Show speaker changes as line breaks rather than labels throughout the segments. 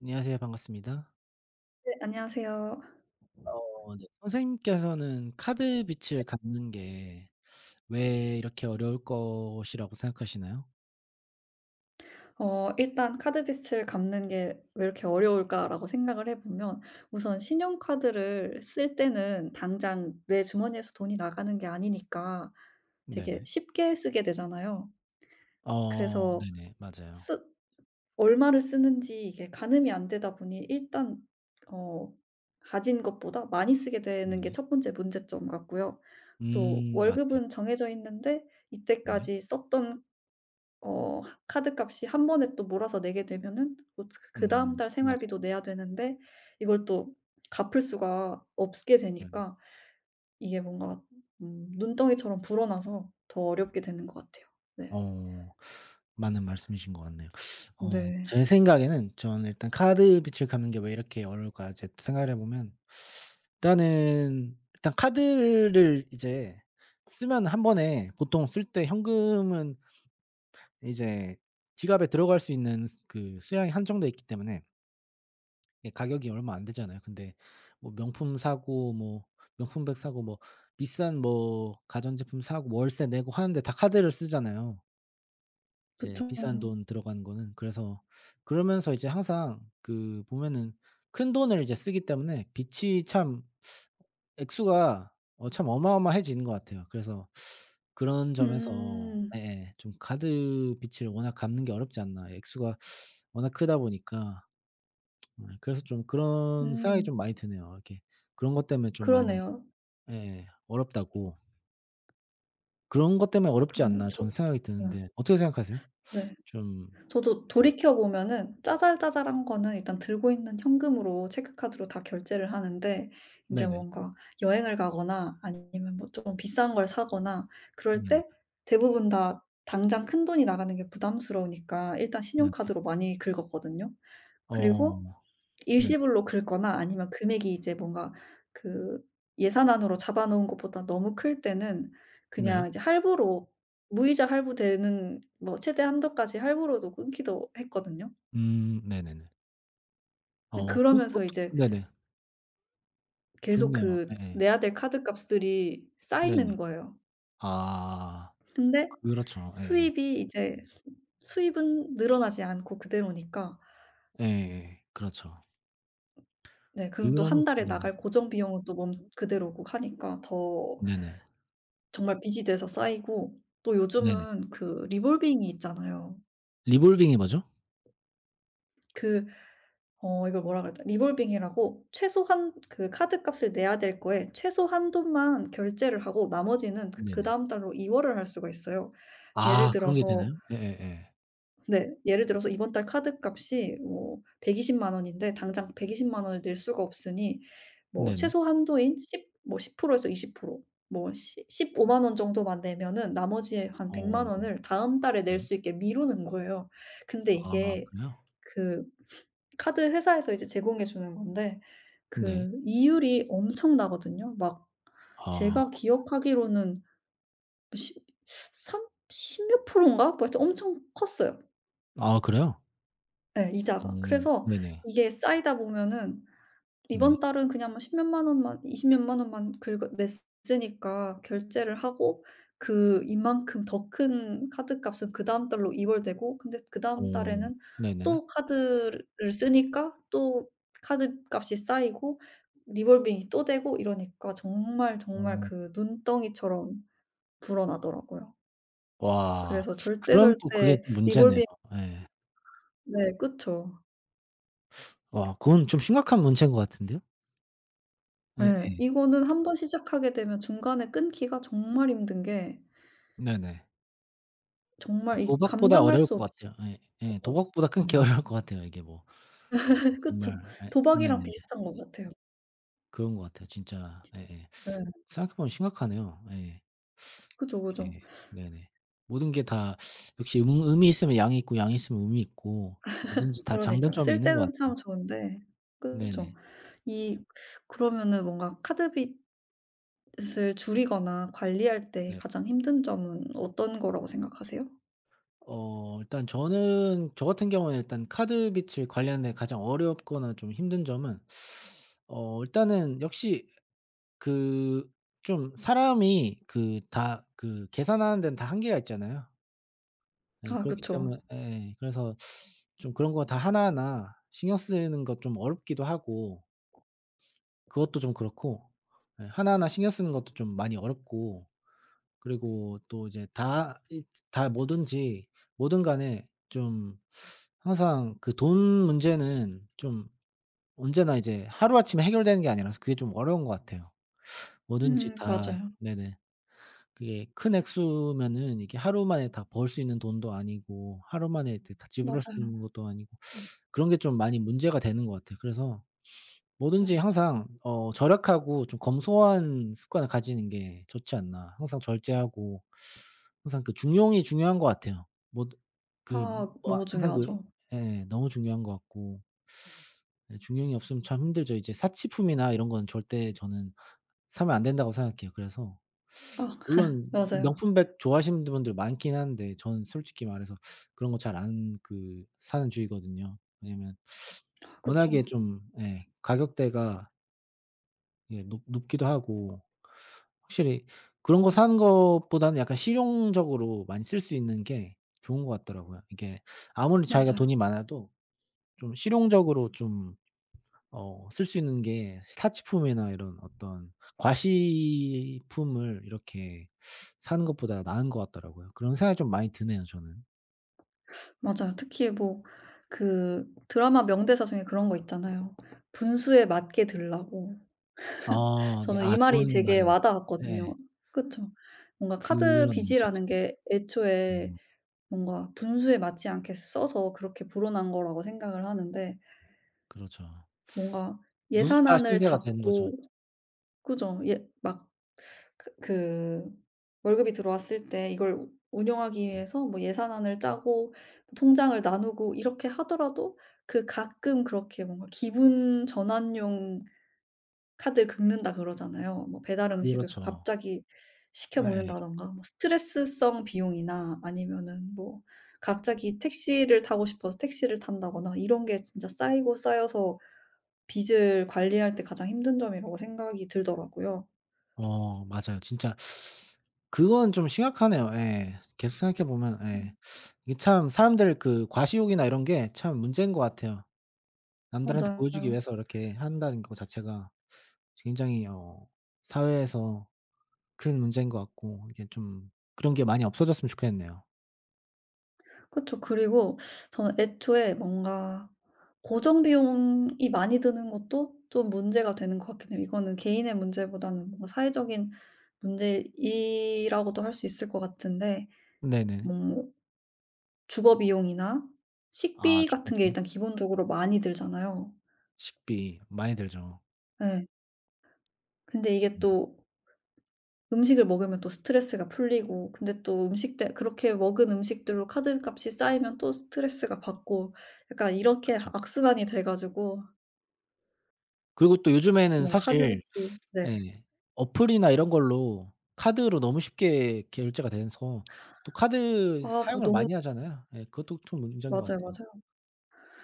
안녕하세요. 반갑습니다.
네, 안녕하세요.
네. 선생님께서는 카드 빚을 갚는 게 왜 이렇게 어려울 것이라고 생각하시나요?
일단 '카드 빚을 갚는 게 왜 이렇게 어려울까?'라고 생각을 해 보면 우선 신용카드를 쓸 때는 당장 내 주머니에서 돈이 나가는 게 아니니까 되게
네네.
쉽게 쓰게 되잖아요. 그래서
네네. 맞아요.
쓰 얼마를 쓰는지 이게 가늠이 안 되다 보니 일단 어 가진 것보다 많이 쓰게 되는 게
네네.
첫 번째 문제점 같고요. 또 월급은
맞아요.
정해져 있는데
네.
이때까지 썼던 어 하 카드값이 한 번에 또 몰아서 내게 되면은 그 다음 달 생활비도
맞아요.
내야 되는데 이걸 또 갚을 수가 없게
네네.
되니까 이게 뭔가 눈덩이처럼 불어나서 더 어렵게 되는 것 같아요. 네.
어. 맞는 말씀이신 것 같네요.
네.
제 생각에는 저는 일단 카드 빚을 갚는 게 왜 이렇게 어려울까 이제 생각을 해 보면, 일단 카드를 이제 쓰면 한 번에, 보통 쓸 때 현금은 이제 지갑에 들어갈 수 있는 스 그 수량이 한정돼 있기 때문에, 예, 가격이 얼마 안 되잖아요. 근데 뭐 명품 사고, 뭐 명품백 사고, 뭐 비싼 뭐 가전제품 사고 월세 내고 하는데 다 카드를 쓰잖아요. 이제
그쵸.
비싼 돈 들어가는 거는. 그래서 그러면서 이제 항상 그 보면은 큰돈을 이제 쓰기 때문에 빚이 참, 액수가 참 어마어마해지는 것 같아요. 그래서 그런 점에서,
음.
예예, 좀 카드 빚을 워낙 갚는 게 어렵지 않나. 액수가 워낙 크다 보니까. 예, 그래서 좀 그런 생각이 좀
음.
많이 드네요. 이렇게 그런 것 때문에 좀 많이,
그러네요.
예, 어렵다고. '그런 것 때문에 어렵지
그러네요.
않나.'
저
저는 생각이
네.
드는데 어떻게 생각하세요?
네.
좀
저도
예.
돌이켜 보면은 짜잘짜잘한 거는 일단 들고 있는 현금으로 체크카드로 다 결제를 하는데 인제
네네.
뭔가 여행을 가거나 아니면 뭐 좀 비싼 걸 사거나 그럴
네네.
때 대부분 다 당장 큰돈이 나가는 게 부담스러우니까 일단
네네.
신용카드로 많이 긁었거든요.
어
그리고
네.
일시불로 긁거나 아니면 금액이 이제 뭔가 그 예산 안으로 잡아 놓은 것보다 너무 클 때는
네.
그냥 이제 할부로 무이자 할부되는 뭐 최대 한도까지 할부로도 끊기도 했거든요.
네네네.
근데 그러면서
그것도
이제
네네.
계속
좋네요.
그
예예.
내야 될 카드 값들이
네네.
쌓이는 거예요.
아
근데
그렇죠. 예예.
수입이 이제 수입은 늘어나지 않고 그대로니까
예예. 그렇죠.
네. 그리고 또 한
그러면서
달에
네네.
나갈 고정 비용은 또 멈 그대로고 하니까 더
네네.
정말 비지드에서 쌓이고 또
네네.
요즘은 그 리볼빙이 있잖아요.
리볼빙이 뭐죠?
그 이걸 뭐라 그러죠? 리볼빙이라고 최소한 그 카드 값을 내야 될 거에 최소 한 돈만 결제를 하고 나머지는 그
네네.
그다음 달로 이월을 할 수가 있어요. 예를
아 그런 게
들어서
되나요? 예예예.
네. 예를 들어서 이번 달 카드값이 뭐 1 2 0만 원인데 당장 1 2 0만 원을 낼 수가 없으니 뭐
네네.
최소 한도인 10 뭐 10% 에서 20%뭐 시 15만 원 정도만 내면은 나머지 한 1 0 0만
어
원을 다음 달에 낼
네.
수 있게 미루는 거예요. 근데
아
이게
그래요?
그 카드 회사에서 이제 제공해 주는 건데
네.
그 이율이 엄청나거든요. 막
아.
제가 기억하기로는 뭐 십 3 10 몇 프로인가? 뭐 하여튼 엄청 컸어요.
아 그래요?
예 이자가. 그래서
네네.
이게 쌓이다 보면은
네.
이번 달은 그냥 뭐 10 몇만 원만 20 몇만 원만 긁어 냈으니까 결제를 하고 그 이만큼 더 큰 카드값은 그다음 달로 이월되고 근데
어
그다음 달에는
네네네.
또 카드를 쓰니까 또 카드값이 쌓이고 리볼빙이 또 되고 이러니까 정말, 정말
어
그 눈덩이처럼 불어나더라고요.
와
그래서 절대
그럼 또 그게
절대
또 문제네요.
리볼빙.
예.
네. 그쵸.
와 그건 좀 심각한 문제인 것 같은데요.
예.
예예.
이거는 한번 시작하게 되면 중간에 끊기가 정말 힘든 게
네네.
정말 이
도박보다
감당할
어려울
수
것
없이
같아요. 예 예. 도박보다
약간
끊기
예.
어려울 것 같아요 이게 뭐. 정말,
그쵸.
예,
도박이랑
네네네.
비슷한 것 같아요.
그런 것 같아요 진짜. 예예.
네.
생각해 보면 심각하네요. 예.
그죠, 그죠.
예. 네네. 모든 게 다 역시, 음이 있으면 양이 있고, 양이 있으면 음이 있고, 뭐든지 다
그러니까요.
장단점이
쓸
있는 것
때는
같아요.
참 좋은데 그쵸.
네네.
이 그러면은 뭔가 카드빚을 줄이거나 관리할 때
네.
가장 힘든 점은 어떤 거라고 생각하세요?
일단 저는, 저 같은 경우에는 일단 카드 빚을 관리하는 데 가장 어렵거나 좀 힘든 점은, 일단은 역시 그, 좀 사람이 그 다 그 계산하는 데는 다 한계가 있잖아요. 예,
아
그렇기
그쵸.
때문에, 예, 그래서 좀 그런 거 다 하나하나 신경 쓰는 것 좀 어렵기도 하고, 그것도 좀 그렇고, 예 하나하나 신경 쓰는 것도 좀 많이 어렵고, 그리고 또 이제 다 이, 다 뭐든지, 뭐든 간에 좀, 항상 그 돈 문제는 좀 언제나 이제 하루아침에 해결되는 게 아니라서 그게 좀 어려운 것 같아요. 뭐든지 다,
맞아요.
네네, 그게 큰 액수면은 이게 하루 만에 다 벌 수 있는 돈도 아니고, 하루 만에 이렇게 다 지불할 수 있는
맞아요.
것도 아니고, 그런 게 좀 많이 문제가 되는 것 같아요. 그래서
맞아요,
뭐든지
맞아요.
항상, 절약하고 좀 검소한 습관을 가지는 게 좋지 않나. 항상 절제하고 항상 그 중용이 중요한 것 같아요. 뭐 그,
아
뭐
너무
항상 그,
중요하죠.
예, 너무 중요한 것 같고, 예, 중용이 없으면 참 힘들죠. 이제 사치품이나 이런 건 절대 저는 사면 안 된다고 생각해요. 그래서
아
물론
맞아요.
명품백 좋아하시는 분들 많긴 한데, 저는 솔직히 말해서 그런 거 잘 안, 그 사는 주의거든요. 왜냐면 워낙에
그쵸.
좀, 예, 가격대가, 예, 높 높기도 하고 확실히 그런 거 사는 것보다는 약간 실용적으로 많이 쓸 수 있는 게 좋은 것 같더라고요. 이게 아무리 자기가
맞아요.
돈이 많아도 좀 실용적으로 좀 쓸 수 있는 게 사치품이나 이런 어떤 과시품을 이렇게 사는 것보다 나은 것 같더라고요. 그런 생각이 좀 많이 드네요 저는.
맞아요. 특히 뭐 그 드라마 명대사 중에 그런 거 있잖아요. "분수에 맞게 들라고."
아 네.
저는
아
이 말이
좋은
되게
말이네요. 네.
와닿았거든요. 그쵸. 뭔가 카드
그러네요 진짜.
빚이라는 게 애초에
음
뭔가 분수에 맞지 않게 써서 그렇게 불어난 거라고 생각을 하는데
그렇죠.
뭔가
노숙자
예산안을
신세가 되는 거죠.
잡고 그죠. 예막 그 월급이 들어왔을 때 이걸 우 운영하기 위해서 뭐 예산안을 짜고 통장을 나누고 이렇게 하더라도 그 가끔 그렇게 뭔가 기분 전환용 카드를 긁는다 그러잖아요. 뭐 배달 음식을
그렇죠.
갑자기 시켜 먹는다
예예.
던가 뭐 스트레스성 비용이나 아니면은 뭐 갑자기 택시를 타고 싶어서 택시를 탄다거나 이런 게 진짜 쌓이고 쌓여서 빚을 관리할 때 가장 힘든 점이라고 생각이 들더라고요.
맞아요. 진짜 그건 좀 심각하네요. 예. 계속 생각해 보면 예.
음
이게 참 사람들 그 과시욕이나 이런 게 참 문제인 것 같아요. 남들한테 보여주기
맞아요.
위해서 이렇게 한다는 거 자체가 굉장히 사회에서 큰 문제인 것 같고, 이게 좀 그런 게 많이 없어졌으면 좋겠네요.
그쵸. 그리고 저는 애초에 뭔가 고정 비용이 많이 드는 것도 좀 문제가 되는 것 같긴 해요. 이거는 개인의 문제보다는 뭔가 사회적인 문제이라고도 할 수 있을 것 같은데
네네.
뭐 주거 비용이나
아
식비 같은 게
주거비요?
일단 기본적으로 많이 들잖아요.
식비 많이 들죠.
예. 근데 이게
음
또 음식을 먹으면 또 스트레스가 풀리고 근데 또 음식들 그렇게 먹은 음식들로 카드값이 쌓이면 또 스트레스가 받고 약간 이렇게
그렇죠.
악순환이 돼 가지고
그리고 또 요즘에는
뭔가
사실,
하드비치 네.
예, 어플이나 이런 걸로 카드로 너무 쉽게 결제가 돼서 또 카드
아 그거
사용을
너무
많이 하잖아요. 예, 그것도 좀 문제인 것
맞아요,
같아요.
맞아요.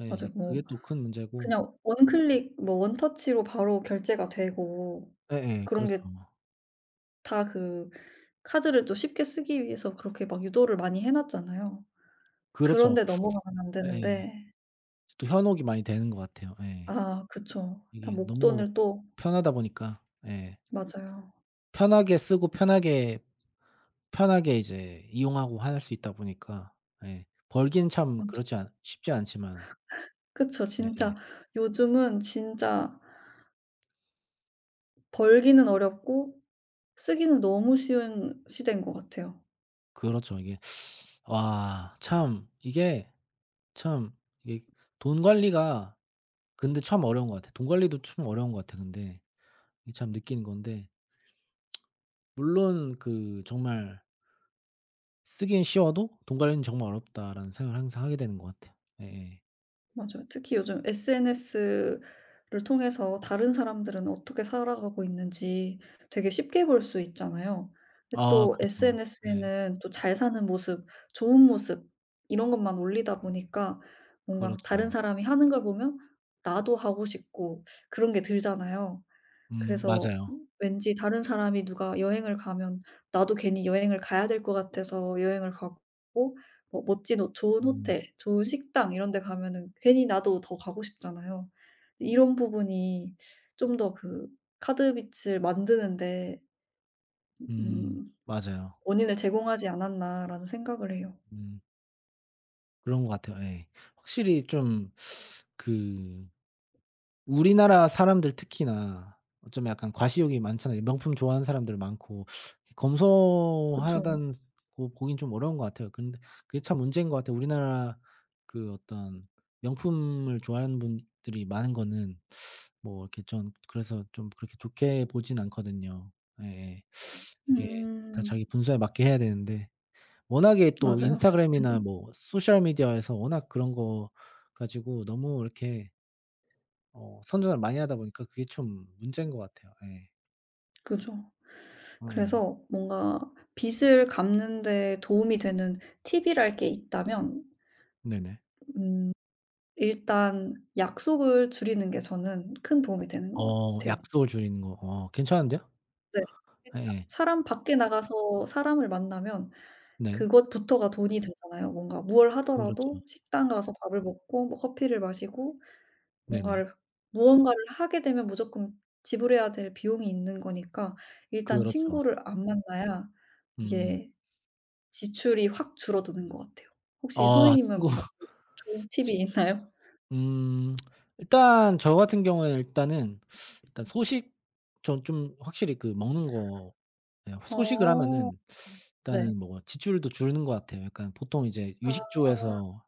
예.
맞아요.
그게
뭐
또 큰 문제고.
그냥 원클릭 뭐 원터치로 바로 결제가 되고
예예.
그런
그렇죠.
게 다 그 카드를 또 쉽게 쓰기 위해서 그렇게 막 유도를 많이 해 놨잖아요. 그런
그렇죠.
데 넘어가면 안
예예.
되는데
또 현혹이 많이 되는 것 같아요. 예.
아 그쵸. 다
이게 너무
목돈을 또
편하다 보니까. 예.
맞아요.
편하게 쓰고 편하게, 편하게 이제 이용하고 할 수 있다 보니까. 예. 벌기는 참,
맞아.
그렇지 않 쉽지 않지만.
그쵸.
예예.
진짜 요즘은 진짜 벌기는 어렵고 쓰기는 너무 쉬운 시대인 것 같아요.
그렇죠. 이게, 와 참 이게 참, 이게 돈 관리가 근데 참 어려운 것 같아요. 돈 관리도 참 어려운 것 같아요 근데. 이게 참 느끼는 건데, 물론 그 정말 쓰긴 쉬워도 '돈 관리는 정말 어렵다.'라는 생각을 항상 하게 되는 것 같아요. 예예.
맞아요. 특히 요즘 SNS를 통해서 다른 사람들은 어떻게 살아가고 있는지 되게 쉽게 볼 수 있잖아요. 근데
아
또
그렇죠. 네.
SNS에는 또 잘 사는 모습, 좋은 모습 이런 것만 올리다 보니까 뭔가 다른
그렇죠.
사람이 하는 걸 보면 나도 하고 싶고 그런 게 들잖아요. 그래서
맞아요.
왠지 다른 사람이 누가 여행을 가면 나도 괜히 여행을 가야 될 것 같아서 여행을 가고 뭐 멋진 호 좋은
음
호텔, 좋은 식당 이런 데 가면은 괜히 나도 더 가고 싶잖아요. 이런 부분이 좀 더 그 '카드 빚을 만드는 데
음
음
맞아요.
원인을 제공하지 않았나.'라는 생각을 해요.
음 그런 것 같아요. 예. 확실히 좀 그, 우리나라 사람들 특히나 좀 약간 과시욕이 많잖아요. 명품 좋아하는 사람들 많고
그쵸.
검소하다는 고 보긴 좀 어려운 것 같아요. 근데 그게 참 문제인 것 같아요. 우리나라 그 어떤 명품을 좋아하는 분들이 많은 거는 뭐 이렇게 좀, 그래서 좀 그렇게 좋게 보진 않거든요. 예예. 이게 다
음.
자기 분수에 맞게 해야 되는데, 워낙에 또
맞아요.
인스타그램이나 뭐 소셜 미디어에서 워낙 그런 거 가지고 너무 이렇게 선전을 많이 하다 보니까 그게 좀 문제인 것 같아요. 예.
그죠.
어예.
그래서 뭔가 빚을 갚는 데 도움이 되는 팁이랄 게 있다면
네네.
음 일단 약속을 줄이는 게 저는 큰 도움이 되는 것 같아요.
약속을 줄이는 거. 괜찮은데요?
네. 일단
예예.
사람 밖에 나가서 사람을 만나면
네.
그것부터가 돈이 들잖아요. 뭔가 무얼
그렇죠.
하더라도 식당 가서 밥을 먹고 뭐 커피를 마시고
네네.
뭔가를 무언가를 하게 되면 무조건 지불해야 될 비용이 있는 거니까 일단
그렇죠.
친구를 안 만나야
음음.
이게 지출이 확 줄어드는 것 같아요. 혹시
아
선생님은
친구.
뭔가 좋은 팁이
치
있나요?
음 일단 저 같은 경우에는 일단은 일단 소식, 전 좀 확실히 그 먹는 거, 예, 소식을
어.
하면은
네.
일단은 뭐 지출도 줄는 것 같아요. 약간 보통 이제
아.
유식주에서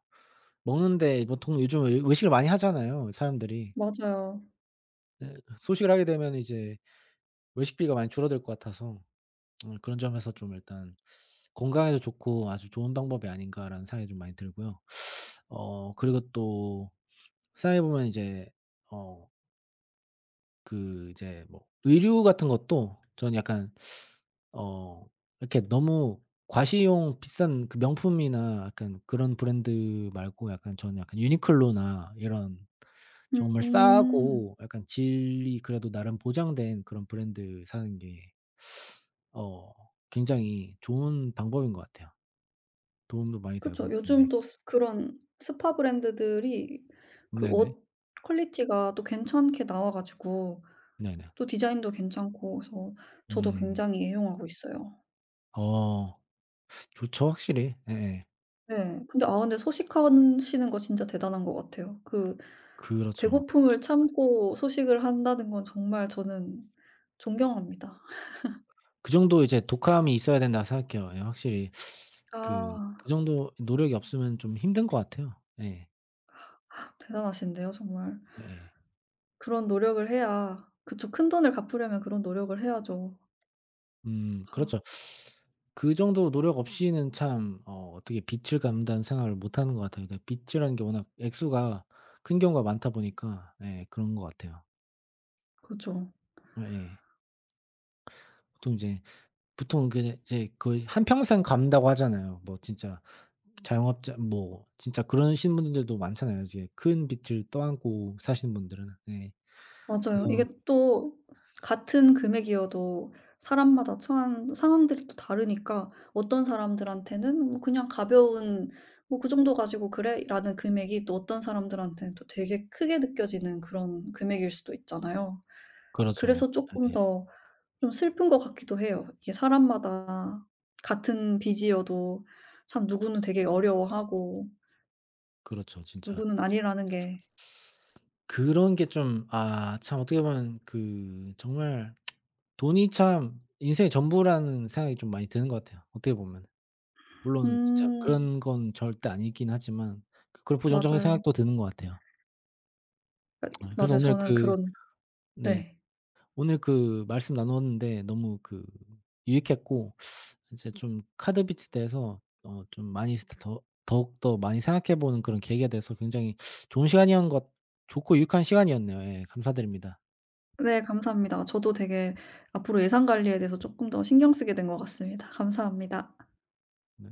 먹는데 보통 요즘 외 외식을 많이 하잖아요, 사람들이.
맞아요.
소식을 하게 되면 이제 외식비가 많이 줄어들 것 같아서 그런 점에서 좀 일단 '건강에도 좋고 아주 좋은 방법이 아닌가.'라는 생각이 좀 많이 들고요. 그리고 또 생각해 보면 이제, 어 이제 뭐 의류 같은 것도 저는 약간 어 이렇게 너무 과시용 비싼 그 명품이나 약간 그런 브랜드 말고, 약간 저는 약간 유니클로나 이런 정말
음.
싸고 약간 질이 그래도 나름 보장된 그런 브랜드 사는 게 어 굉장히 좋은 방법인 것 같아요. 도움도 많이 되고.
그쵸.
네.
요즘 또 스 그런 스파 브랜드들이 그
네네.
옷 퀄리티가 또 괜찮게 나와 가지고
네네.
또 디자인도 괜찮고 그래서 저도
음.
굉장히 애용하고 있어요.
어. 좋죠 확실히. 예예.
네. 근데 아 근데 소식하시는 거 진짜 대단한 것 같아요. 그
그렇죠.
배고픔을
진짜.
참고 소식을 한다는 건 정말 저는 존경합니다.
그 정도 이제 독함이 있어야 된다고 생각해요. 예 확실히 그 그
아
정도 노력이 없으면 좀 힘든 것 같아요. 예.
대단하신데요 정말.
예.
그런 노력을 해야 그쵸. 큰돈을 갚으려면 그런 노력을 해야죠.
그렇죠.
아.
그 정도 노력 없이는 참, 어떻게 빛을 감다는 생각을 못 하는 것 같아요. 근데 빛이라는 게 워낙 액수가 큰 경우가 많다 보니까, 예, 그런 것 같아요.
그죠.
예. 보통 이제, 보통 그 이제 거의 한평생 감다고 하잖아요. 뭐 진짜 자영업자, 뭐 진짜 그러신 분들도 많잖아요. 이제 큰 빚을 떠안고 사시는 분들은. 예.
맞아요.
그래서
이게 또 같은 금액이어도 사람마다 처한 상황들이 또 다르니까 어떤 사람들한테는 뭐 그냥 가벼운 '뭐 그 정도 가지고 그래.'라는 금액이 또 어떤 사람들한테는 또 되게 크게 느껴지는 그런 금액일 수도 있잖아요.
그렇죠.
그래서 조금
예,
더 좀 슬픈 것 같기도 해요. 이게 사람마다 같은 빚이어도 참 누구는 되게 어려워하고
그렇죠 진짜.
누구는 아니라는 게
그런 게 좀, 아 참 어떻게 보면 그 정말 돈이 참 인생의 전부라는 생각이 좀 많이 드는 것 같아요 어떻게 보면은. 물론 진짜
음
그런 건 절대 아니긴 하지만 그, 그런 부정적인
맞아요.
생각도 드는 것 같아요. 예 그래서
맞아요.
오늘
저는
그,
그런
네,
네.
오늘 그 말씀 나눴는데 너무 그 유익했고, 이제 좀 카드 비치대서어 좀 많이 스트 더 더욱더 많이 생각해 보는 그런 계기가 돼서 굉장히 좋은 시간이었는 것, 좋고 유익한 시간이었네요. 예. 감사드립니다.
네 감사합니다. 저도 되게 앞으로 예산 관리에 대해서 조금 더 신경 쓰게 된 것 같습니다. 감사합니다.
네.